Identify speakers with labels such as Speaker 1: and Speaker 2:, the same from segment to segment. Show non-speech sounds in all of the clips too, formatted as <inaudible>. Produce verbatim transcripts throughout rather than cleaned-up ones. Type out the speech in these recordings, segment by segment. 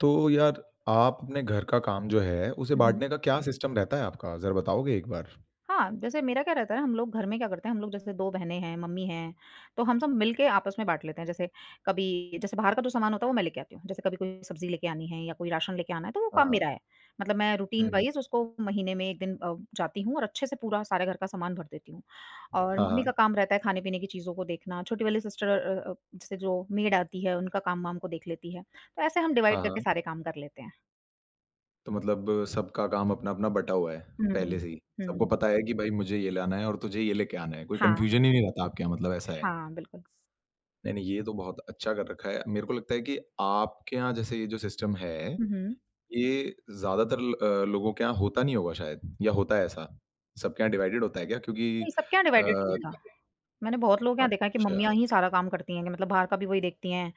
Speaker 1: तो यार, आप अपने घर का काम जो है, उसे
Speaker 2: हुँ, हुँ।
Speaker 1: बाँटने का क्या हुँ। सिस्टम रहता है आपका? ज़रा बताओगे एक बार?
Speaker 2: हाँ, जैसे मेरा क्या रहता है हम लोग घर में क्या करते हैं, हम लोग जैसे दो बहनें हैं, मम्मी हैं, तो हम सब मिल के आपस में बाँट लेते हैं। जैसे कभी जैसे बाहर का जो सामान होता है वो मैं लेके आती हूँ। जैसे कभी कोई सब्ज़ी लेके आनी है या कोई राशन लेके आना है तो वो
Speaker 1: हाँ,
Speaker 2: काम मेरा
Speaker 1: हाँ।
Speaker 2: है। मतलब मैं रूटीन
Speaker 1: हुँ, हुँ।
Speaker 2: वाइज़ उसको महीने में एक दिन अ, जाती हूँ और अच्छे से पूरा सारे घर का सामान भर देती हूँ। और
Speaker 1: हाँ,
Speaker 2: मम्मी का
Speaker 1: हाँ।
Speaker 2: काम रहता है खाने-पीने की चीज़ों को देखना, छोटी वाली सिस्टर अ अ, जैसे जो मेड आती है उनका काम-वाम को देख लेती है। तो ऐसे हम
Speaker 1: हाँ,
Speaker 2: डिवाइड करके
Speaker 1: हाँ।
Speaker 2: सारे काम कर लेते हैं।
Speaker 1: तो मतलब सबका काम अपना-अपना बँटा हुआ है,
Speaker 2: हुँ, हुँ।
Speaker 1: पहले से ही। सबको
Speaker 2: हुँ।
Speaker 1: पता है कि भाई मुझे ये लाना है और तुझे ये लेके आना है, कोई
Speaker 2: हाँ,
Speaker 1: कन्फ्यूज़न ही नहीं रहता आपके यहाँ मतलब ऐसा है?
Speaker 2: हाँ, बिल्कुल।
Speaker 1: नहीं, नहीं, ये तो बहुत अच्छा कर रखा है। मेरे को लगता है कि आपके यहाँ जैसे ये जो सिस्टम है,
Speaker 2: हुँ, हुँ।
Speaker 1: ये ज़्यादातर ल अ, लोगों के यहाँ होता नहीं होगा शायद या होता है ऐसा? सबके यहाँ डिवाइडेड होता है क्या? क्योंकि
Speaker 2: नहीं, सबके यहाँ डिवाइडेड टीम
Speaker 1: अ,
Speaker 2: था। मैंने बहुत लोगों के यहाँ देखा है कि
Speaker 1: अच्छा।
Speaker 2: मम्मियाँ ही सारा काम करती हैं कि मतलब बाहर का भी वही देखती हैं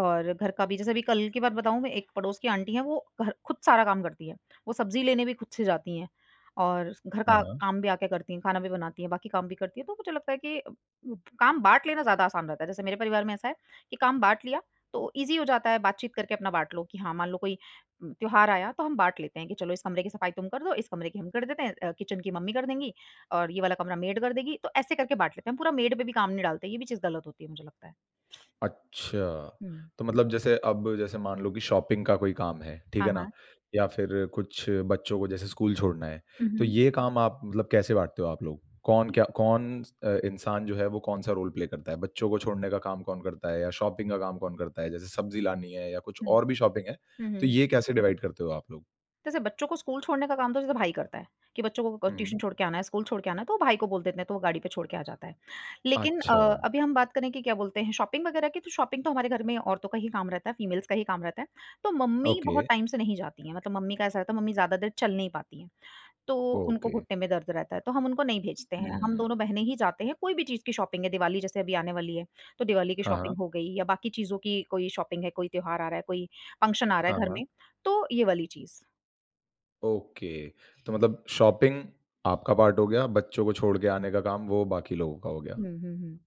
Speaker 2: और घर का भी। जैसे अभी कल की बात बताऊँ मैं एक पड़ोस की आंटी हैं वो घर खुद सारा काम करती हैं। वो सब्ज़ी लेने भी खुद से जाती हैं और घर
Speaker 1: हाँ,
Speaker 2: का
Speaker 1: हाँ।
Speaker 2: काम भी आके करती हैं, खाना भी बनाती हैं, बाकी काम भी करती हैं। तो मुझे लगता है कि अ, काम बाँट लेना ज़्यादा आसान रहता है। जैसे मेरे परिवार में ऐसा है कि काम बाँट लिया तो ईज़ी हो जाता है बातचीत करके अपना बाँट लो कि हाँ, मान लो कोई उम, त्योहार आया तो हम बाँट लेते हैं कि चलो इस कमरे की सफाई तुम कर दो, इस कमरे की हम कर देते हैं अ, किचन की मम्मी कर देंगी और ये वाला कमरा मेड कर देगी, तो ऐसे करके बाँट लेते हैं। हम पूरा मेड पे भी काम नहीं डालते, ये भी चीज़ गलत होती है मुझे लगता है।
Speaker 1: अच्छा,
Speaker 2: हुँ।
Speaker 1: तो मतलब जैसे अब जैसे मान लो कि शॉपिंग का कोई काम है, ठीक
Speaker 2: हाँ,
Speaker 1: है ना?
Speaker 2: हाँ।
Speaker 1: या फिर कुछ बच्चों को जैसे स्कूल छोड़ना है,
Speaker 2: हुँ,
Speaker 1: तो
Speaker 2: हुँ।
Speaker 1: ये काम आप मतलब कैसे बाँटते हो आप लोग? कौन
Speaker 2: नहीं।
Speaker 1: क्या कौन अ, इंसान जो है वो कौन-सा रोल प्ले करता है? बच्चों को छोड़ने का काम कौन करता है या शॉपिंग का काम कौन करता है? जैसे सब्ज़ी लानी है या कुछ
Speaker 2: हुँ।
Speaker 1: और भी शॉपिंग है,
Speaker 2: हुँ,
Speaker 1: तो
Speaker 2: हुँ।
Speaker 1: ये कैसे डिवाइड करते हो आप लोग?
Speaker 2: जैसे बच्चों को स्कूल छोड़ने का काम तो जैसे भाई करता है, कि बच्चों को
Speaker 1: हुँ,
Speaker 2: ट्यूशन
Speaker 1: हुँ।
Speaker 2: छोड़ के आना है, स्कूल छोड़ के आना है, तो वो भाई को बोल देते हैं, तो वो गाड़ी पे छोड़ के आ जाता है। लेकिन अ,
Speaker 1: अच्छा,
Speaker 2: अभी हम बात करें कि क्या बोलते हैं शॉपिंग वगैरह की, तो शॉपिंग तो हमारे घर में औरतों का ही काम रहता है, फीमेल्स का ही काम रहता है। तो मम्मी बहुत
Speaker 1: ओके,
Speaker 2: टाइम से नहीं जाती हैं, मतलब मम्मी का ऐसा रहता है, मम्मी ज़्यादा देर चल नहीं पाती हैं। तो उनको
Speaker 1: ओके।
Speaker 2: घुटने में दर्द रहता है, तो हम उनको नहीं भेजते
Speaker 1: हुँ,
Speaker 2: हैं।
Speaker 1: हुँ,
Speaker 2: हम
Speaker 1: हुँ।
Speaker 2: दोनों बहनें ही जाते हैं, कोई भी चीज़ की शॉपिंग है, दिवाली जैसे अभी आने वाली है, तो दिवाली की
Speaker 1: हाँ, हाँ।
Speaker 2: शॉपिंग हो गई या बाकी चीज़ों की कोई शॉपिंग है, कोई त्योहार आ रहा है, कोई फंक्शन आ रहा
Speaker 1: हाँ,
Speaker 2: है घर
Speaker 1: हाँ।
Speaker 2: में, तो ये वाली चीज़।
Speaker 1: ओके, तो मतलब शॉपिंग आपका पार्ट हो गया, बच्चों को छोड़ के आने का काम वो बाकी लोगों का हो गया।
Speaker 2: हुँ, हुँ, हुँ।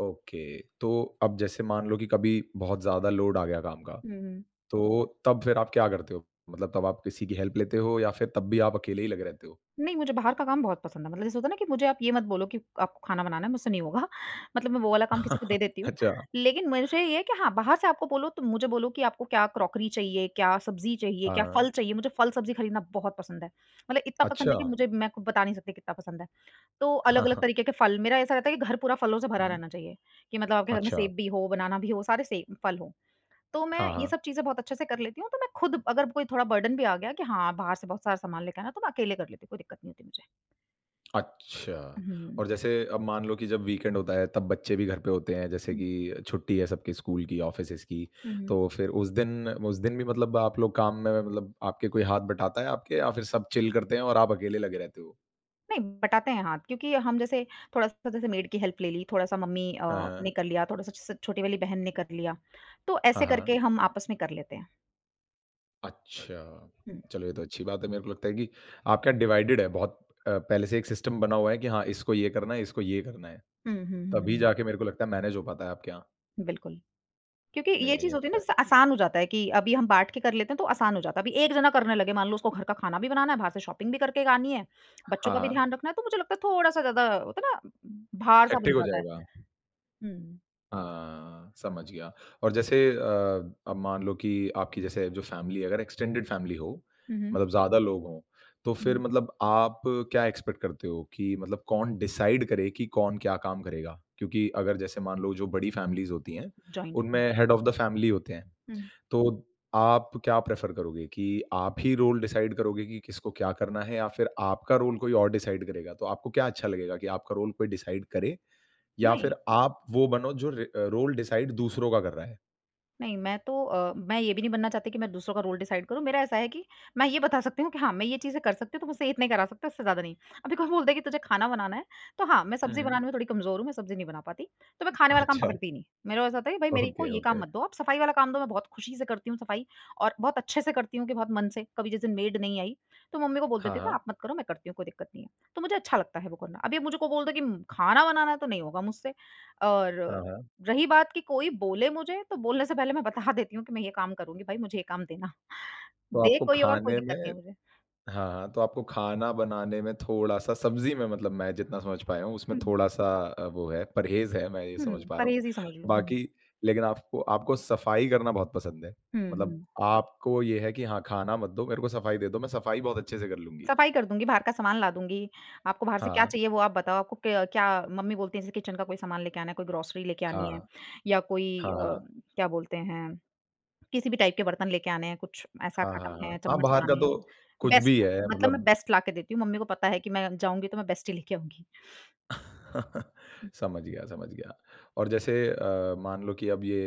Speaker 1: ओके, तो अब जैसे मान लो कि कभी बहुत ज़्यादा लोड आ गया काम का,
Speaker 2: हुँ, हुँ।
Speaker 1: तो तब फिर आप क्या करते हो? मतलब तब आप किसी की हेल्प लेते हो या फिर तब भी आप अकेले ही लगे रहते हो?
Speaker 2: नहीं, मुझे बाहर का काम बहुत पसंद है। मतलब जैसे होता है ना कि मुझे आप ये मत बोलो कि आपको खाना बनाना है, मुझसे नहीं होगा। <laughs> मतलब मैं वो वाला काम किसी को दे
Speaker 1: <laughs>
Speaker 2: देती हूँ।
Speaker 1: अच्छा।
Speaker 2: लेकिन मुझे ये है कि हाँ, बाहर से आपको बोलो तो मुझे बोलो कि आपको क्या क्रॉकरी चाहिए, क्या सब्ज़ी चाहिए, क्या
Speaker 1: हाँ,
Speaker 2: फल चाहिए? मुझे फल-सब्ज़ी खरीदना बहुत पसंद है। मतलब इतना पसंद है
Speaker 1: अच्छा।
Speaker 2: कि मुझे मैं खुद बता नहीं सकती कितना पसंद है। तो अलग-अलग
Speaker 1: <laughs>
Speaker 2: तरीके के फल मेरा ऐसा रहता है कि घर पूरा फलों से
Speaker 1: हुँ,
Speaker 2: भरा
Speaker 1: हुँ।
Speaker 2: रहना चाहिए, कि मतलब आपके घर में
Speaker 1: अच्छा,
Speaker 2: सेब भी हो, बनाना भी हो, सारे सेब फल हों। तो मैं
Speaker 1: हाँ,
Speaker 2: ये
Speaker 1: हाँ।
Speaker 2: सब चीज़ें बहुत अच्छे से कर लेती हूँ। तो मैं खुद अगर कोई थोड़ा बर्डन भी आ गया कि हाँ, बाहर से बहुत सारा सामान लेके आना है, तो मैं अकेले कर लेती हूँ, कोई दिक्कत नहीं होती मुझे।
Speaker 1: अच्छा,
Speaker 2: हुँ।
Speaker 1: और जैसे अब मान लो कि जब वीकेंड होता है तब बच्चे भी घर पे होते हैं, जैसे
Speaker 2: हुँ,
Speaker 1: कि छुट्टी है सबके स्कूल की, ऑफ़िसेज़ की,
Speaker 2: हुँ, हुँ।
Speaker 1: तो फिर उस दिन उस दिन भी मतलब आप लोग काम में मतलब आपके कोई हाथ बटाता है आपके या फिर सब चिल करते हैं और आप अकेले लगे रहते हो?
Speaker 2: नहीं, बटाते हैं हाथ क्योंकि हम जैसे थोड़ा-सा जैसे मेड की हेल्प ले ली, थोड़ा-सा मम्मी अ,
Speaker 1: हाँ,
Speaker 2: ने
Speaker 1: हाँ।
Speaker 2: कर लिया, थोड़ा-सा स छोटी वाली बहन ने कर लिया, तो
Speaker 1: हाँ,
Speaker 2: ऐसे
Speaker 1: हाँ।
Speaker 2: करके हम आपस में कर लेते हैं।
Speaker 1: अच्छा,
Speaker 2: हुँ।
Speaker 1: चलो ये तो अच्छी बात है मेरे को लगता है कि आपके यहाँ डिवाइडेड है बहुत अ, पहले से एक सिस्टम बना हुआ है कि हाँ, इसको ये करना है, इसको ये करना है,
Speaker 2: हुँ, हुँ, हुँ,
Speaker 1: तभी
Speaker 2: हुँ।
Speaker 1: जाके मेरे को लगता है मैनेज हो पाता है आपके यहाँ।
Speaker 2: बिल्कुल, क्योंकि
Speaker 1: नहीं,
Speaker 2: ये
Speaker 1: नहीं
Speaker 2: चीज़ होती है
Speaker 1: अच्छा
Speaker 2: ना
Speaker 1: है।
Speaker 2: जैसे आसान हो जाता है कि अभी हम बाँट के कर लेते हैं तो आसान हो जाता है। अभी एक जना करने लगे मान लो उसको घर का खाना भी बनाना है, बाहर से शॉपिंग भी करके आनी है, बच्चों
Speaker 1: हाँ,
Speaker 2: का भी
Speaker 1: हाँ,
Speaker 2: ध्यान रखना है तो मुझे लगता है थोड़ा-सा ज़्यादा होता है ना भार-सा बन
Speaker 1: हेक्टिक हो
Speaker 2: जाता है।
Speaker 1: जाएगा।
Speaker 2: हुँ।
Speaker 1: हाँ, समझ गया। और जैसे अ, अब मान लो कि आपकी जैसे जो फैमिली है, अगर एक्सटेंडेड फैमिली हो,
Speaker 2: हुँ, हुँ।
Speaker 1: मतलब ज़्यादा लोग हों, तो
Speaker 2: हुँ,
Speaker 1: फिर
Speaker 2: हुँ।
Speaker 1: मतलब आप क्या एक्सपेक्ट करते हो कि मतलब कौन डिसाइड करे कि कौन क्या काम करेगा? क्योंकि अगर जैसे मान लो जो बड़ी फैमिलीज़ होती हैं,
Speaker 2: जॉइंट हुँ।
Speaker 1: उनमें हेड ऑफ़ द फैमिली होते हैं।
Speaker 2: हुँ,
Speaker 1: तो आप क्या प्रेफ़र करोगे कि आप ही रोल डिसाइड करोगे कि किसको क्या करना है या फिर आपका रोल कोई और डिसाइड करेगा? तो आपको क्या अच्छा लगेगा कि आपका रोल कोई डिसाइड करे या
Speaker 2: नहीं,
Speaker 1: फिर आप वो बनो जो रे अ, रोल डिसाइड दूसरों का कर रहा है।
Speaker 2: नहीं, मैं तो अ, मैं ये भी नहीं बनना चाहती कि मैं दूसरों का रोल डिसाइड करूँ। मेरा ऐसा है कि मैं ये बता सकती हूँ कि हाँ, मैं ये चीज़ें कर सकती हूँ, तो मुझसे इतने करा सकते हो, इससे ज़्यादा नहीं। अभी कोई बोल दे कि तुझे खाना बनाना है, तो हाँ, मैं
Speaker 1: हुँ,
Speaker 2: सब्ज़ी
Speaker 1: हुँ।
Speaker 2: बनाने में थोड़ी कमज़ोर हूँ, मैं सब्ज़ी नहीं बना पाती। तो मैं खाने वाला काम
Speaker 1: अच्छा,
Speaker 2: पकड़ती ही नहीं। मेरा ऐसा होता है कि भाई मेरे को
Speaker 1: ओके,
Speaker 2: ये काम
Speaker 1: ओके।
Speaker 2: मत दो, आप सफ़ाई वाला काम दो, मैं बहुत खुशी से करती हूँ सफ़ाई और बहुत अच्छे से करती हूँ कि बहुत मन से। कभी जिस दिन मेड नहीं आई, तो मम्मी को बोल
Speaker 1: हाँ,
Speaker 2: देती हूँ कि
Speaker 1: हाँ।
Speaker 2: आप मत करो, मैं करती हूँ, कोई दिक्कत नहीं है। तो मुझे अच्छा लगता है वो करना। अभी मुझे को बोल दो कि खाना बनाना है, तो नहीं होगा मुझसे और
Speaker 1: हाँ, हाँ।
Speaker 2: रही बात कि कोई बोले मुझे, तो बोलने से पहले मैं बता देती हूँ कि मैं ये काम करूँगी, भाई मुझे ये काम देना।
Speaker 1: तो
Speaker 2: दे
Speaker 1: आपको
Speaker 2: कोई और, कोई
Speaker 1: खाने में
Speaker 2: दिक्कत नहीं है मुझे।
Speaker 1: हाँ, हाँ। तो आपको खाना बनाने में थोड़ा-सा सब्ज़ी में मतलब मैं जितना समझ पाया हूँ उसमें
Speaker 2: हुँ,
Speaker 1: थोड़ा-सा अ, वो है, परहेज़ है, मैं ये समझ
Speaker 2: हुँ,
Speaker 1: पा रहा हूँ।
Speaker 2: परहेज़ ही समझ लो। हुँ,
Speaker 1: बाकी लेकिन आपको आपको सफाई करना बहुत पसंद है।
Speaker 2: हुँ,
Speaker 1: मतलब
Speaker 2: हुँ।
Speaker 1: आपको ये है कि हाँ, खाना मत दो, मेरे को सफाई दे दो, मैं सफाई बहुत अच्छे से कर लूँगी।
Speaker 2: सफाई कर दूँगी, बाहर का सामान ला दूँगी। आपको बाहर से क्या
Speaker 1: हाँ,
Speaker 2: चाहिए वो आप बताओ, आपको क्या क्या मम्मी बोलती हैं जैसे किचन का कोई सामान लेके आना है, कोई ग्रोसरी लेके आनी है
Speaker 1: हाँ।
Speaker 2: या कोई
Speaker 1: हाँ,
Speaker 2: अ,
Speaker 1: हाँ।
Speaker 2: क्या बोलते हैं, किसी भी टाइप के बर्तन लेके आने हैं, कुछ ऐसा
Speaker 1: हाँ, हाँ,
Speaker 2: खत्म
Speaker 1: हाँ।
Speaker 2: है,
Speaker 1: हाँ,
Speaker 2: चम्मच
Speaker 1: बाहर का
Speaker 2: लाने हैं।
Speaker 1: तो कुछ
Speaker 2: बेस्ट
Speaker 1: भी है
Speaker 2: मतलब मैं
Speaker 1: मतलब
Speaker 2: बेस्ट लाके देती हूँ, मम्मी को पता है कि मैं जाऊँगी तो मैं बेस्ट ही लेके आऊँगी।
Speaker 1: <laughs> समझ गया, समझ गया। और जैसे अ, मान लो कि अब ये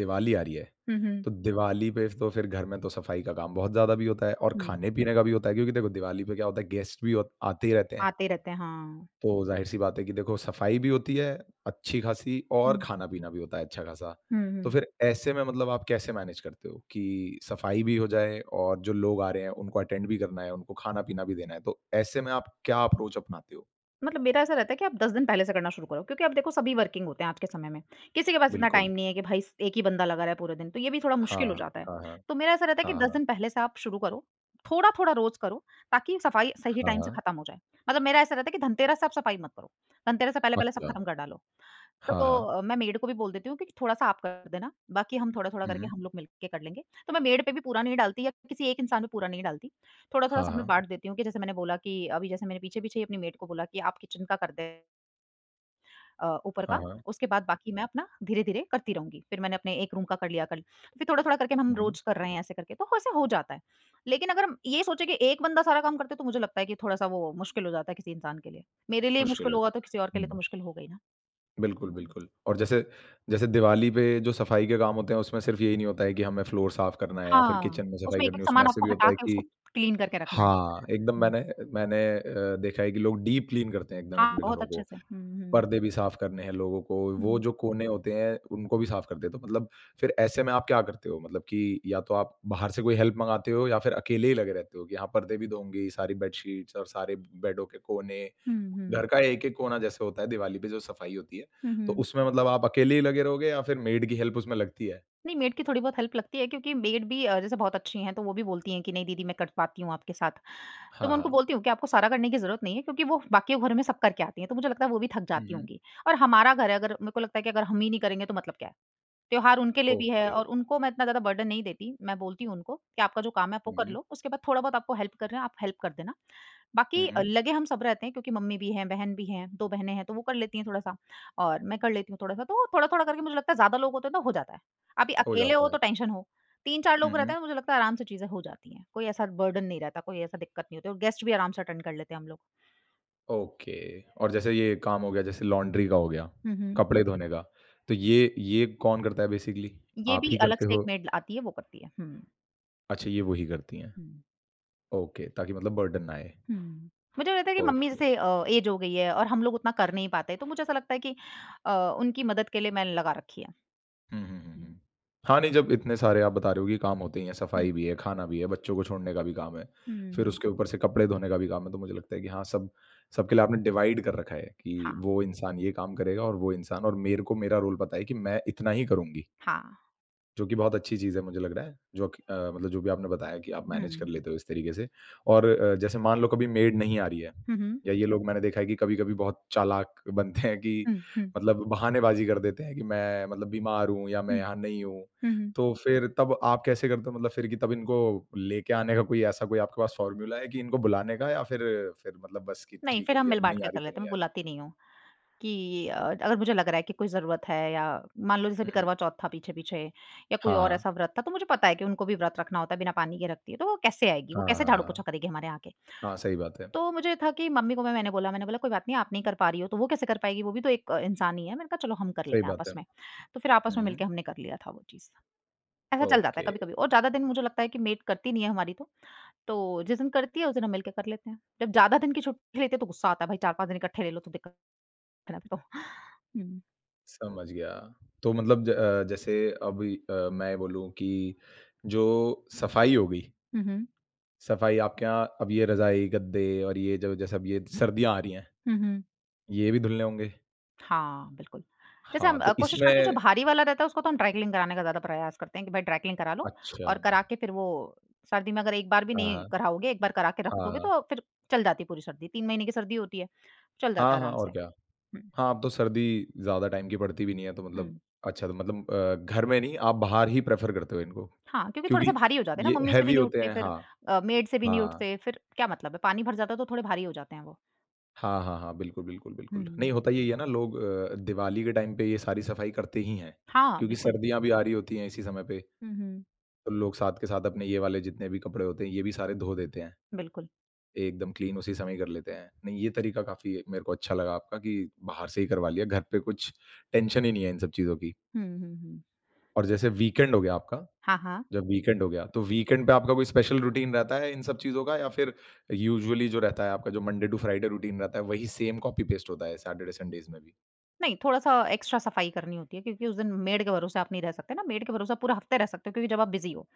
Speaker 1: दिवाली आ रही है,
Speaker 2: हुँ, हुँ,
Speaker 1: तो दिवाली पे तो फिर घर में तो सफाई का काम बहुत ज़्यादा भी होता है और
Speaker 2: हुँ।
Speaker 1: खाने-पीने का भी होता है क्योंकि देखो दिवाली पे क्या होता है गेस्ट भी होत आते ही रहते हैं।
Speaker 2: आते रहते हैं, हाँ।
Speaker 1: तो ज़ाहिर-सी बात है कि देखो सफाई भी होती है अच्छी-खासी और
Speaker 2: हुँ।
Speaker 1: खाना-पीना भी होता है अच्छा-खासा।
Speaker 2: हुँ,
Speaker 1: तो
Speaker 2: हुँ।
Speaker 1: फिर ऐसे में मतलब आप कैसे मैनेज करते हो कि सफाई भी हो जाए और जो लोग आ रहे हैं उनको अटेंड भी करना है, उनको खाना-पीना भी देना है। तो ऐसे में आप क्या अप्रोच अपनाते हो?
Speaker 2: मतलब मेरा ऐसा रहता है कि आप दस दिन पहले से करना शुरू करो, क्योंकि अब देखो सभी वर्किंग होते हैं आज के समय में। किसी के पास इतना
Speaker 1: बिल्कुल।
Speaker 2: टाइम नहीं है कि भाई स एक ही बंदा लगा रहा है पूरे दिन, तो ये भी थोड़ा मुश्किल हो
Speaker 1: हाँ,
Speaker 2: जाता है।
Speaker 1: हाँ, हाँ।
Speaker 2: तो मेरा ऐसा रहता है
Speaker 1: हाँ,
Speaker 2: कि दस
Speaker 1: हाँ।
Speaker 2: दिन पहले से आप शुरू करो, थोड़ा-थोड़ा रोज़ करो, ताकि सफाई सही
Speaker 1: हाँ,
Speaker 2: टाइम से
Speaker 1: हाँ।
Speaker 2: खत्म हो जाए। मतलब मेरा ऐसा रहता है कि धनतेरस से आप सफाई मत करो, धनतेरस से पहले-पहले सब
Speaker 1: अच्छा।
Speaker 2: खत्म कर डालो।
Speaker 1: हाँ,
Speaker 2: तो
Speaker 1: हाँ।
Speaker 2: अ, मैं मेड को भी बोल देती हूँ कि थोड़ा-सा आप कर देना, बाकी हम थोड़ा-थोड़ा
Speaker 1: हुँ,
Speaker 2: करके
Speaker 1: हुँ।
Speaker 2: हम लोग मिल के कर लेंगे। तो मैं मेड पे भी पूरा नहीं डालती या किसी एक इंसान पे पूरा नहीं डालती। थोड़ा-थोड़ा
Speaker 1: हाँ,
Speaker 2: सब मैं
Speaker 1: हाँ।
Speaker 2: बाँट देती हूँ कि जैसे मैंने बोला कि अभी जैसे मैंने पीछे-पीछे ही अपनी मेड को बोला कि आप किचन का कर दें अ, ऊपर
Speaker 1: हाँ,
Speaker 2: का,
Speaker 1: हाँ।
Speaker 2: उसके बाद बाकी मैं अपना धीरे-धीरे करती रहूँगी। फिर मैंने अपने एक रूम का कर लिया कल, फिर थोड़ा-थोड़ा करके हम
Speaker 1: हुँ, हुँ।
Speaker 2: रोज़ कर रहे हैं ऐसे करके, तो ऐसे हो जाता है। लेकिन अगर हम ये सोचें कि एक बंदा सारा काम करते है तो मुझे लगता है कि थोड़ा-सा वो मुश्किल हो जाता है किसी इंसान के लिए। मेरे लिए
Speaker 1: मुश्किल
Speaker 2: मुश्किल
Speaker 1: है।
Speaker 2: होगा तो किसी और के लिए तो
Speaker 1: हुँ।
Speaker 2: मुश्किल होगा ही ना।
Speaker 1: बिल्कुल,
Speaker 2: हुँ।
Speaker 1: बिल्कुल और जैसे जैसे दिवाली पे जो सफाई के काम होते हैं, उसमें सिर्फ़ यही नहीं होता है कि हमें फ्लोर साफ़ करना है या फिर
Speaker 2: हाँ,
Speaker 1: किचन में सफाई
Speaker 2: उसमें
Speaker 1: करनी
Speaker 2: एक-एक
Speaker 1: है, उसमें
Speaker 2: सामान
Speaker 1: ऐसे
Speaker 2: आपको
Speaker 1: भी
Speaker 2: हटा
Speaker 1: होता है
Speaker 2: के
Speaker 1: कि
Speaker 2: उसको क्लीन करके रखना है।
Speaker 1: हाँ, एकदम
Speaker 2: हुँ।
Speaker 1: मैंने मैंने अ, देखा है कि लोग डीप क्लीन करते हैं एकदम
Speaker 2: हाँ,
Speaker 1: अपने
Speaker 2: बहुत
Speaker 1: घरों
Speaker 2: अच्छे
Speaker 1: को।
Speaker 2: से। हुँ, हुँ।
Speaker 1: पर्दे भी साफ करने हैं लोगों को, वो
Speaker 2: हुँ।
Speaker 1: जो कोने होते हैं उनको भी साफ करते हैं। तो मतलब फिर ऐसे में आप क्या करते हो? मतलब कि या तो आप बाहर से कोई हेल्प मँगाते हो या फिर अकेले ही लगे रहते हो कि हाँ, पर्दे भी धोंगे, सारी बेडशीट्स और सारे बेडों के कोने,
Speaker 2: हुँ, हुँ।
Speaker 1: घर का एक-एक कोना जैसे होता है दिवाली पे जो सफाई होती है,
Speaker 2: हुँ,
Speaker 1: तो
Speaker 2: हुँ।
Speaker 1: उसमें मतलब आप अकेले ही लगे रहोगे या फिर मेड की हेल्प उसमें लगती है?
Speaker 2: नहीं, मेड की थोड़ी बहुत हेल्प लगती है क्योंकि मेड भी अ, जैसे बहुत अच्छी हैं, तो वो भी बोलती हैं कि नहीं दीदी मैं कर पाती हूँ आपके साथ। तो
Speaker 1: हाँ,
Speaker 2: मैं उनको
Speaker 1: हाँ।
Speaker 2: बोलती हूँ कि आपको सारा करने की ज़रूरत नहीं है क्योंकि वो बाकी के घरों में सब करके आती हैं, तो मुझे लगता है वो भी थक
Speaker 1: हुँ,
Speaker 2: जाती
Speaker 1: हुँ।
Speaker 2: होंगी। और हमारा घर है अगर मेरे को लगता है कि अगर हम ही नहीं करेंगे तो मतलब क्या है? त्योहार उनके लिए भी है
Speaker 1: ओके।
Speaker 2: और उनको मैं इतना ज़्यादा बर्डन नहीं देती। मैं बोलती हूँ उनको कि आपका जो काम है आपको
Speaker 1: हुँ,
Speaker 2: कर
Speaker 1: हुँ।
Speaker 2: लो, उसके बाद थोड़ा बहुत आपको हेल्प कर रहे हैं, आप हेल्प कर देना।
Speaker 1: हुँ,
Speaker 2: बाकी अ,
Speaker 1: हुँ।
Speaker 2: लगे हम सब रहते हैं क्योंकि मम्मी भी हैं, बहन भी हैं, दो बहनें हैं तो वो कर लेती हैं थोड़ा-सा और मैं कर लेती हूँ थोड़ा-सा। तो थोड़ा-थोड़ा करके मुझे लगता है ज़्यादा लोग होते हैं तो हो जाता है। अभी
Speaker 1: हो
Speaker 2: अकेले
Speaker 1: जाता
Speaker 2: हो
Speaker 1: है।
Speaker 2: तो टेंशन हो, तीन चार
Speaker 1: हुँ,
Speaker 2: लोग रहते
Speaker 1: हुँ।
Speaker 2: हैं तो मुझे लगता है आराम से चीज़ें हो जाती हैं। कोई ऐसा बर्डन नहीं रहता, कोई ऐसा दिक्कत नहीं होती और गेस्ट भी आराम से अटेंड कर लेते हैं हम लोग।
Speaker 1: ओके और जैसे ये काम हो गया जैसे लॉन्ड्री का हो गया,
Speaker 2: हुँ, हुँ।
Speaker 1: कपड़े धोने का, तो ये ये कौन करता है बेसिकली?
Speaker 2: ये
Speaker 1: आप
Speaker 2: भी
Speaker 1: ही
Speaker 2: अलग
Speaker 1: करते
Speaker 2: से एक
Speaker 1: हो?
Speaker 2: मेड आती है वो करती है। हुँ,
Speaker 1: अच्छा ये वही करती हैं।
Speaker 2: हुँ।
Speaker 1: ओके, ताकि मतलब बर्डन ना आए।
Speaker 2: हुँ। मुझे लगता है कि मम्मी
Speaker 1: ओके।
Speaker 2: जैसे अ, ऐज हो गई है और हम लोग उतना कर नहीं पाते, तो मुझे ऐसा लगता है कि अ, उनकी मदद के लिए मैंने लगा रखी है।
Speaker 1: हुँ, हुँ, हुँ,
Speaker 2: हुँ।
Speaker 1: हुँ। हाँ, नहीं जब इतने सारे आप बता रहे हो कि काम होते ही हैं,
Speaker 2: हुँ,
Speaker 1: सफाई भी है, खाना भी है, बच्चों को छोड़ने का भी काम है, फिर
Speaker 2: हुँ।
Speaker 1: उसके ऊपर से कपड़े धोने का भी काम है, तो मुझे लगता है कि हाँ, सब सबके लिए आपने डिवाइड कर रखा है कि
Speaker 2: हाँ,
Speaker 1: वो इंसान ये काम करेगा और वो इंसान और मेरे को मेरा रोल पता है कि मैं इतना ही करूँगी।
Speaker 2: हाँ।
Speaker 1: जो कि बहुत अच्छी चीज़ है मुझे लग रहा है, जो कि अ, मतलब जो भी आपने बताया कि आप
Speaker 2: हुँ,
Speaker 1: मैनेज कर
Speaker 2: हुँ।
Speaker 1: लेते हो इस तरीके से और अ, जैसे मान लो कभी मेड नहीं आ रही है
Speaker 2: हुँ, हुँ।
Speaker 1: या ये लोग मैंने देखा है कि कभी-कभी बहुत चालाक बनते हैं कि
Speaker 2: हुँ, हुँ,
Speaker 1: मतलब बहानेबाज़ी कर देते हैं कि मैं मतलब बीमार हूँ या मैं
Speaker 2: हुँ,
Speaker 1: यहाँ नहीं हूँ।
Speaker 2: हुँ, हुँ।
Speaker 1: तो फिर तब आप कैसे करते हो मतलब फिर कि तब इनको लेके आने का कोई ऐसा कोई आपके पास फ़ॉर्मूला है कि इनको बुलाने का या फिर फिर मतलब बस कि
Speaker 2: नहीं,
Speaker 1: ठीक
Speaker 2: फिर
Speaker 1: है
Speaker 2: हम
Speaker 1: जी, अब
Speaker 2: मिल-बाँट
Speaker 1: नहीं
Speaker 2: के
Speaker 1: आ रही
Speaker 2: कर
Speaker 1: तो
Speaker 2: लेते हैं, मैं
Speaker 1: नहीं आ रही?
Speaker 2: बुलाती नहीं हूँ कि अ, अगर मुझे लग रहा है कि कोई ज़रूरत है या मान लो जैसे
Speaker 1: हुँ,
Speaker 2: अभी
Speaker 1: हुँ।
Speaker 2: करवा चौथ था पीछे-पीछे या कोई
Speaker 1: हाँ,
Speaker 2: और
Speaker 1: हाँ।
Speaker 2: ऐसा व्रत था, तो मुझे पता है कि उनको भी व्रत रखना होता है, बिना पानी के रखती है, तो वो कैसे आएगी? वो
Speaker 1: हाँ,
Speaker 2: कैसे
Speaker 1: हाँ,
Speaker 2: झाड़ू-पोछा
Speaker 1: हाँ।
Speaker 2: करेगी हमारे यहाँ आके?
Speaker 1: हाँ, सही बात है।
Speaker 2: तो मुझे था कि मम्मी को मैं मैंने बोला मैंने बोला, "कोई बात नहीं, आप नहीं कर पा रही हो तो वो कैसे कर पाएगी? वो भी तो एक अ, इंसान ही है।" मैंने कहा, "चलो हम कर
Speaker 1: सही
Speaker 2: लेते हैं
Speaker 1: बात
Speaker 2: आपस
Speaker 1: है।
Speaker 2: में।" तो फिर आपस
Speaker 1: हुँ,
Speaker 2: में
Speaker 1: हुँ।
Speaker 2: मिलके हमने कर लिया था वो चीज़। ऐसा चल जाता है
Speaker 1: ओके।
Speaker 2: कभी-कभी और ज़्यादा दिन मुझे लगता है कि मेड करती नहीं है हमारी तो, तो जिस दिन करती है उस दिन हम मिलके कर लेते हैं। जब ज़्यादा दिन की छुट्टी लेते हैं तो गुस्सा आता है, भाई चार पाँच दिन इकट्ठे ले लो तो दिक्कत है ना फिर तो। हुँ।
Speaker 1: समझ गया। तो मतलब ज अ, जैसे अभी अ, मैं बोलूँ कि जो सफाई हो गई,
Speaker 2: हुँ, हुँ।
Speaker 1: सफाई आपके यहाँ अब ये रज़ाई, गद्दे और ये जो जैसे अब ये सर्दियाँ आ रही हैं,
Speaker 2: हुँ, हुँ।
Speaker 1: ये भी धुलने होंगे?
Speaker 2: हाँ, बिल्कुल। जैसे हम
Speaker 1: हाँ,
Speaker 2: अ,
Speaker 1: तो
Speaker 2: कोशिश करते हैं जो
Speaker 1: इसमें
Speaker 2: भारी वाला रहता है उसको तो हम ड्राई क्लीन कराने का ज़्यादा प्रयास करते हैं कि भाई ड्राई क्लीन करा लो
Speaker 1: अच्छा।
Speaker 2: और करा के फिर वो सर्दी में अगर एक बार भी
Speaker 1: हाँ,
Speaker 2: नहीं
Speaker 1: हाँ।
Speaker 2: कराओगे, एक बार करा के रख
Speaker 1: हाँ,
Speaker 2: दोगे
Speaker 1: हाँ।
Speaker 2: तो फिर चल जाती है पूरी सर्दी। तीन महीने की सर्दी होती है, चल जाता
Speaker 1: हाँ,
Speaker 2: है
Speaker 1: हाँ
Speaker 2: आराम से।
Speaker 1: और क्या।
Speaker 2: हुँ,
Speaker 1: हाँ, अब तो सर्दी ज़्यादा टाइम की पड़ती भी नहीं है तो
Speaker 2: हुँ।
Speaker 1: मतलब अच्छा तो मतलब अ, घर में नहीं, आप बाहर ही प्रेफ़र करते हो इनको,
Speaker 2: हाँ, क्योंकि थोड़े-से
Speaker 1: क्योंकि
Speaker 2: भारी हो जाते हैं ना,
Speaker 1: ये
Speaker 2: मम्मी से भी
Speaker 1: हेवी
Speaker 2: नहीं
Speaker 1: होते
Speaker 2: उठते
Speaker 1: हैं।
Speaker 2: फिर
Speaker 1: हाँ,
Speaker 2: अ, मेड से भी नहीं
Speaker 1: हाँ।
Speaker 2: उठते, फिर क्या मतलब है? पानी भर जाता है तो थोड़े भारी हो जाते हैं वो।
Speaker 1: हाँ, हाँ, हाँ। बिल्कुल, बिल्कुल, बिल्कुल।
Speaker 2: हुँ।
Speaker 1: नहीं, होता यही है ना लोग अ, दिवाली के टाइम पे ये सारी सफाई करते ही हैं,
Speaker 2: हाँ,
Speaker 1: क्योंकि
Speaker 2: बिल्कुल।
Speaker 1: सर्दियाँ भी आ रही होती हैं इसी समय पे,
Speaker 2: हुँ, हुँ।
Speaker 1: तो लोग साथ के साथ अपने ये वाले जितने भी कपड़े होते हैं, ये भी सारे धो देते हैं।
Speaker 2: बिल्कुल।
Speaker 1: एकदम क्लीन उसी समय कर लेते हैं। नहीं, ये तरीका काफ़ी मेरे को अच्छा लगा आपका कि बाहर से ही करवा लिया, घर पे कुछ टेंशन ही नहीं है इन सब चीज़ों की।
Speaker 2: हुँ, हुँ, हुँ।
Speaker 1: और जैसे वीकेंड हो गया आपका,
Speaker 2: हाँ, हाँ।
Speaker 1: जब वीकेंड हो गया, तो वीकेंड पे आपका कोई स्पेशल रूटीन रहता है इन सब चीज़ों का या फिर यूजुअली जो रहता है आपका जो मंडे टू फ्राइडे रूटीन रहता है, वही सेम कॉपी पेस्ट होता है सैटरडे संडेज़ में भी?
Speaker 2: नहीं, थोड़ा-सा एक्स्ट्रा सफाई करनी होती है क्योंकि उस दिन मेड के भरोसे आप नहीं रह सकते ना, मेड के भरोसे आप पूरा हफ्ते रह सकते हो क्योंकि जब आप बिज़ी हो।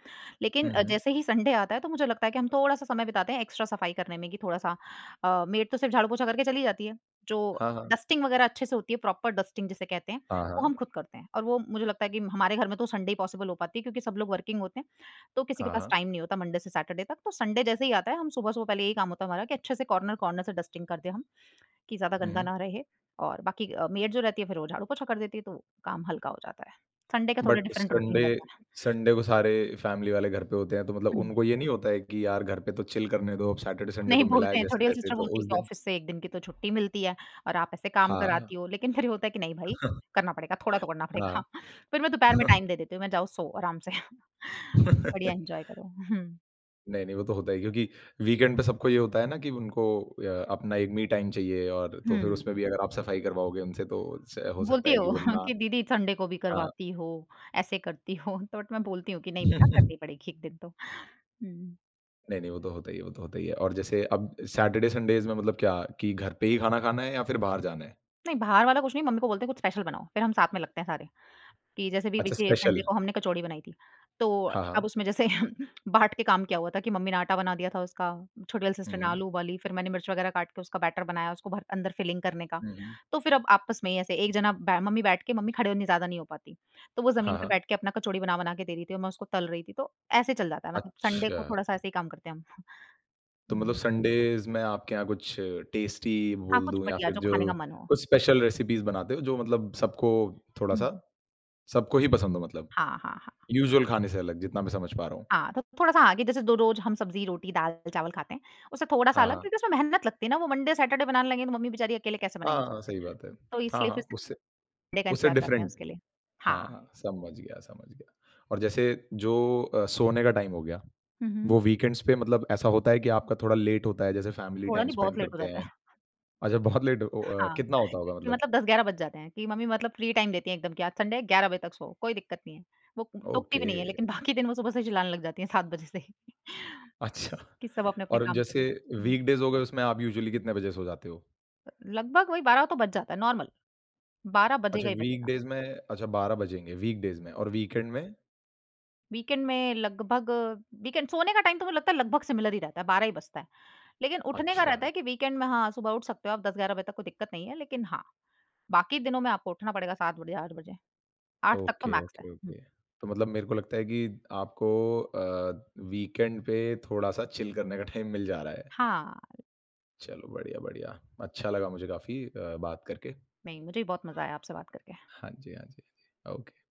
Speaker 2: लेकिन
Speaker 1: हुँ,
Speaker 2: अ,
Speaker 1: हुँ।
Speaker 2: जैसे ही संडे आता है तो मुझे लगता है कि हम थोड़ा-सा समय बिताते हैं एक्स्ट्रा सफाई करने में कि थोड़ा-सा अ, मेड तो सिर्फ़ झाड़ू-पोछा करके चली जाती है, जो
Speaker 1: हाँ, हाँ।
Speaker 2: डस्टिंग वगैरह अच्छे से होती है, प्रॉपर डस्टिंग जिसे कहते हैं,
Speaker 1: हाँ,
Speaker 2: वो
Speaker 1: हाँ।
Speaker 2: हम खुद करते हैं और वो मुझे लगता है कि हमारे घर में तो संडे ही पॉसिबल हो पाती है क्योंकि सब लोग वर्किंग होते हैं, तो किसी के
Speaker 1: हाँ,
Speaker 2: पास
Speaker 1: हाँ।
Speaker 2: टाइम नहीं होता मंडे से सैटरडे तक। तो संडे जैसे ही आता है, हम सुबह-सुबह पहले यही काम होता है हमारा कि अच्छे से कॉर्नर-कॉर्नर से डस्टिंग कर दें हम। कि ज़्यादा
Speaker 1: हुँ,
Speaker 2: गंदा
Speaker 1: हुँ।
Speaker 2: ना रहे और बाकी अ, मेड जो रहती है फिर वो झाड़ू-पोछा कर देती है तो काम हल्का हो जाता है। संडे का थोड़ा
Speaker 1: बट
Speaker 2: डिफरेंट
Speaker 1: संडे
Speaker 2: रूटीन रहता है।
Speaker 1: संडे को सारे फैमिली वाले घर पे होते हैं, तो मतलब
Speaker 2: हुँ।
Speaker 1: उनको ये नहीं होता है कि यार घर पे तो चिल करने दो, अब सैटरडे संडे
Speaker 2: नहीं
Speaker 1: तो मिला है
Speaker 2: बोलते हैं, छोटी वाली
Speaker 1: जैसे-तैसे,
Speaker 2: सिस्टर
Speaker 1: तो
Speaker 2: बोलती है
Speaker 1: उस
Speaker 2: कि
Speaker 1: दिन
Speaker 2: ऑफ़िस से एक दिन की तो छुट्टी मिलती है और आप ऐसे काम
Speaker 1: हाँ,
Speaker 2: कराती हो। लेकिन फिर ये होता है कि नहीं भाई, करना पड़ेगा, थोड़ा तो करना पड़ेगा।
Speaker 1: हाँ।
Speaker 2: <laughs> फिर मैं दोपहर में टाइम दे देती हूँ, मैं जाओ सो आराम से। <laughs> बढ़िया
Speaker 1: <laughs>
Speaker 2: एन्जॉय करो। हुँ।
Speaker 1: नहीं, नहीं, वो तो होता ही है क्योंकि वीकेंड पे सबको ये होता है ना कि उनको अ, अपना एक मी टाइम चाहिए और तो फिर
Speaker 2: हुँ।
Speaker 1: उसमें भी अगर आप सफाई करवाओगे उनसे तो स हो सकता
Speaker 2: बोलती
Speaker 1: है कि
Speaker 2: हो
Speaker 1: वो
Speaker 2: <laughs>
Speaker 1: ना
Speaker 2: कि दीदी संडे को भी
Speaker 1: हाँ।
Speaker 2: करवाती हो, ऐसे करती हो। तो बट मैं बोलती हूँ कि नहीं बेटा करनी
Speaker 1: <laughs>
Speaker 2: पड़ेगी एक दिन तो। हुँ।
Speaker 1: नहीं, नहीं, वो तो होता ही है, वो तो होता ही है। और जैसे अब सैटरडे संडेज़ में मतलब क्या कि घर पे ही खाना खाना है या फिर बाहर जाना है?
Speaker 2: नहीं, बाहर वाला कुछ नहीं, मम्मी को बोलते हैं कुछ स्पेशल बनाओ, फिर हम साथ में लगते हैं सारे, कि जैसे भी
Speaker 1: अच्छा
Speaker 2: पिछले संडे
Speaker 1: स्पेशल
Speaker 2: को हमने कचौड़ी बनाई थी, तो
Speaker 1: हाँ, हाँ।
Speaker 2: अब उसमें जैसे <laughs> बाँट के काम किया हुआ था कि मम्मी ने आटा बना दिया था उसका, छोटी वाली सिस्टर
Speaker 1: हुँ,
Speaker 2: ने
Speaker 1: हुँ।
Speaker 2: आलू उबाली, फिर मैंने मिर्च वगैरह काट के उसका बैटर बनाया, उसको भर अंदर फिलिंग करने का।
Speaker 1: हुँ, हुँ।
Speaker 2: तो फिर अब आपस में ही ऐसे एक जना बै मम्मी बैठ के मम्मी खड़े होनी ज़्यादा नहीं हो पाती, तो वो ज़मीन
Speaker 1: हाँ,
Speaker 2: पे
Speaker 1: हाँ।
Speaker 2: बैठ के अपना कचौड़ी बना-बना के दे रही थी और मैं उसको तल रही थी, तो ऐसे चल जाता है मतलब संडे
Speaker 1: अच्छा,
Speaker 2: को थोड़ा-सा ऐसे ही काम करते हैं हम।
Speaker 1: तो मतलब
Speaker 2: हुँ।
Speaker 1: संडेज़ में आपके यहाँ कुछ टेस्टी
Speaker 2: हाँ,
Speaker 1: बोल
Speaker 2: कुछ
Speaker 1: दूँ या
Speaker 2: बढ़िया
Speaker 1: फिर
Speaker 2: जो
Speaker 1: जो
Speaker 2: खाने का मन हो।
Speaker 1: कुछ स्पेशल रेसिपीज़ बनाते हो जो मतलब सबको
Speaker 2: हुँ।
Speaker 1: थोड़ा-सा सबको ही पसंद हो मतलब?
Speaker 2: हाँ, हाँ।
Speaker 1: यूजुअल खाने से अलग जितना मैं समझ पा रहा हूँ।
Speaker 2: हाँ, तो थोड़ा-सा आगे जैसे दो रोज़ हम सब्ज़ी, रोटी, दाल-चावल खाते हैं, उससे थोड़ा-सा
Speaker 1: हाँ,
Speaker 2: अलग
Speaker 1: हाँ।
Speaker 2: क्योंकि उसमें मेहनत लगती है ना, वो मंडे सैटरडे बनाने लगेंगे तो मम्मी बेचारी अकेले कैसे
Speaker 1: हाँ,
Speaker 2: बनाएँगी?
Speaker 1: हाँ, सही बात है।
Speaker 2: तो
Speaker 1: हाँ,
Speaker 2: इसलिए फिर
Speaker 1: हाँ,
Speaker 2: संडे
Speaker 1: उससे
Speaker 2: का
Speaker 1: उससे
Speaker 2: इंतज़ार करते हैं
Speaker 1: डिफरेंट
Speaker 2: उसके लिए।
Speaker 1: हाँ,
Speaker 2: हाँ।
Speaker 1: हाँ, समझ गया, समझ गया। और जैसे जो अ, सोने का टाइम हो गया
Speaker 2: हुँ, हुँ।
Speaker 1: वो वीकेंड्स पे मतलब ऐसा होता है कि आपका थोड़ा लेट होता है, जैसे फैमिली
Speaker 2: थोड़ा
Speaker 1: टाइम
Speaker 2: नहीं बहुत
Speaker 1: स्पेंड
Speaker 2: लेट हो
Speaker 1: करते
Speaker 2: जाता
Speaker 1: हैं?
Speaker 2: है।
Speaker 1: अच्छा बहुत लेट ओ
Speaker 2: <laughs>
Speaker 1: अ,
Speaker 2: हाँ,
Speaker 1: कितना होता होगा
Speaker 2: कि
Speaker 1: मतलब?
Speaker 2: मतलब दस ग्यारह बज जाते हैं कि मम्मी मतलब फ्री टाइम देती हैं एकदम कि आज संडे है ग्यारह बजे तक सो, कोई दिक्कत नहीं है। वो टोकती
Speaker 1: ओके,
Speaker 2: भी नहीं है लेकिन बाकी दिन वो सुबह से चिल्लाने लग जाती हैं सात बजे से ही <laughs>
Speaker 1: अच्छा
Speaker 2: कि सब अपने-अपने
Speaker 1: और
Speaker 2: काम करो।
Speaker 1: जैसे
Speaker 2: हुँ,
Speaker 1: वीकडेज़ हो गए उसमें आप यूजुअली कितने बजे सो जाते हो?
Speaker 2: लगभग वही बारह तो बज जाता है नॉर्मल, बारह
Speaker 1: अच्छा
Speaker 2: बजेगा ही बजेगा।
Speaker 1: वीकडेज़ में अच्छा बारह बजेंगे वीकडेज़ में और वीकेंड में?
Speaker 2: वीकेंड में लगभग वीकेंड सोने का टाइम तो मुझे लगता है लगभग सिमिलर ही रहता है, बारह ही बजता है। लेकिन उठने का
Speaker 1: अच्छा,
Speaker 2: रहता है कि वीकेंड में हाँ, सुबह उठ सकते हो आप दस ग्यारह बजे तक कोई दिक्कत नहीं है, लेकिन हाँ, बाकी दिनों में आपको उठना पड़ेगा सात बजे, आठ बजे, आठ तक तो
Speaker 1: ओके,
Speaker 2: मैक्स है।
Speaker 1: ओके,
Speaker 2: हुँ।
Speaker 1: ओके। तो मतलब मेरे को लगता है कि आपको अ, वीकेंड पे थोड़ा-सा चिल करने का टाइम मिल जा रहा है।
Speaker 2: हाँ,
Speaker 1: चलो बढ़िया, बढ़िया। अच्छा लगा मुझे काफ़ी अ, बात करके।
Speaker 2: नहीं मुझे भी बहुत मज़ा आया आपसे बात करके।
Speaker 1: हाँ जी, हाँ जी, हाँ जी। ओके।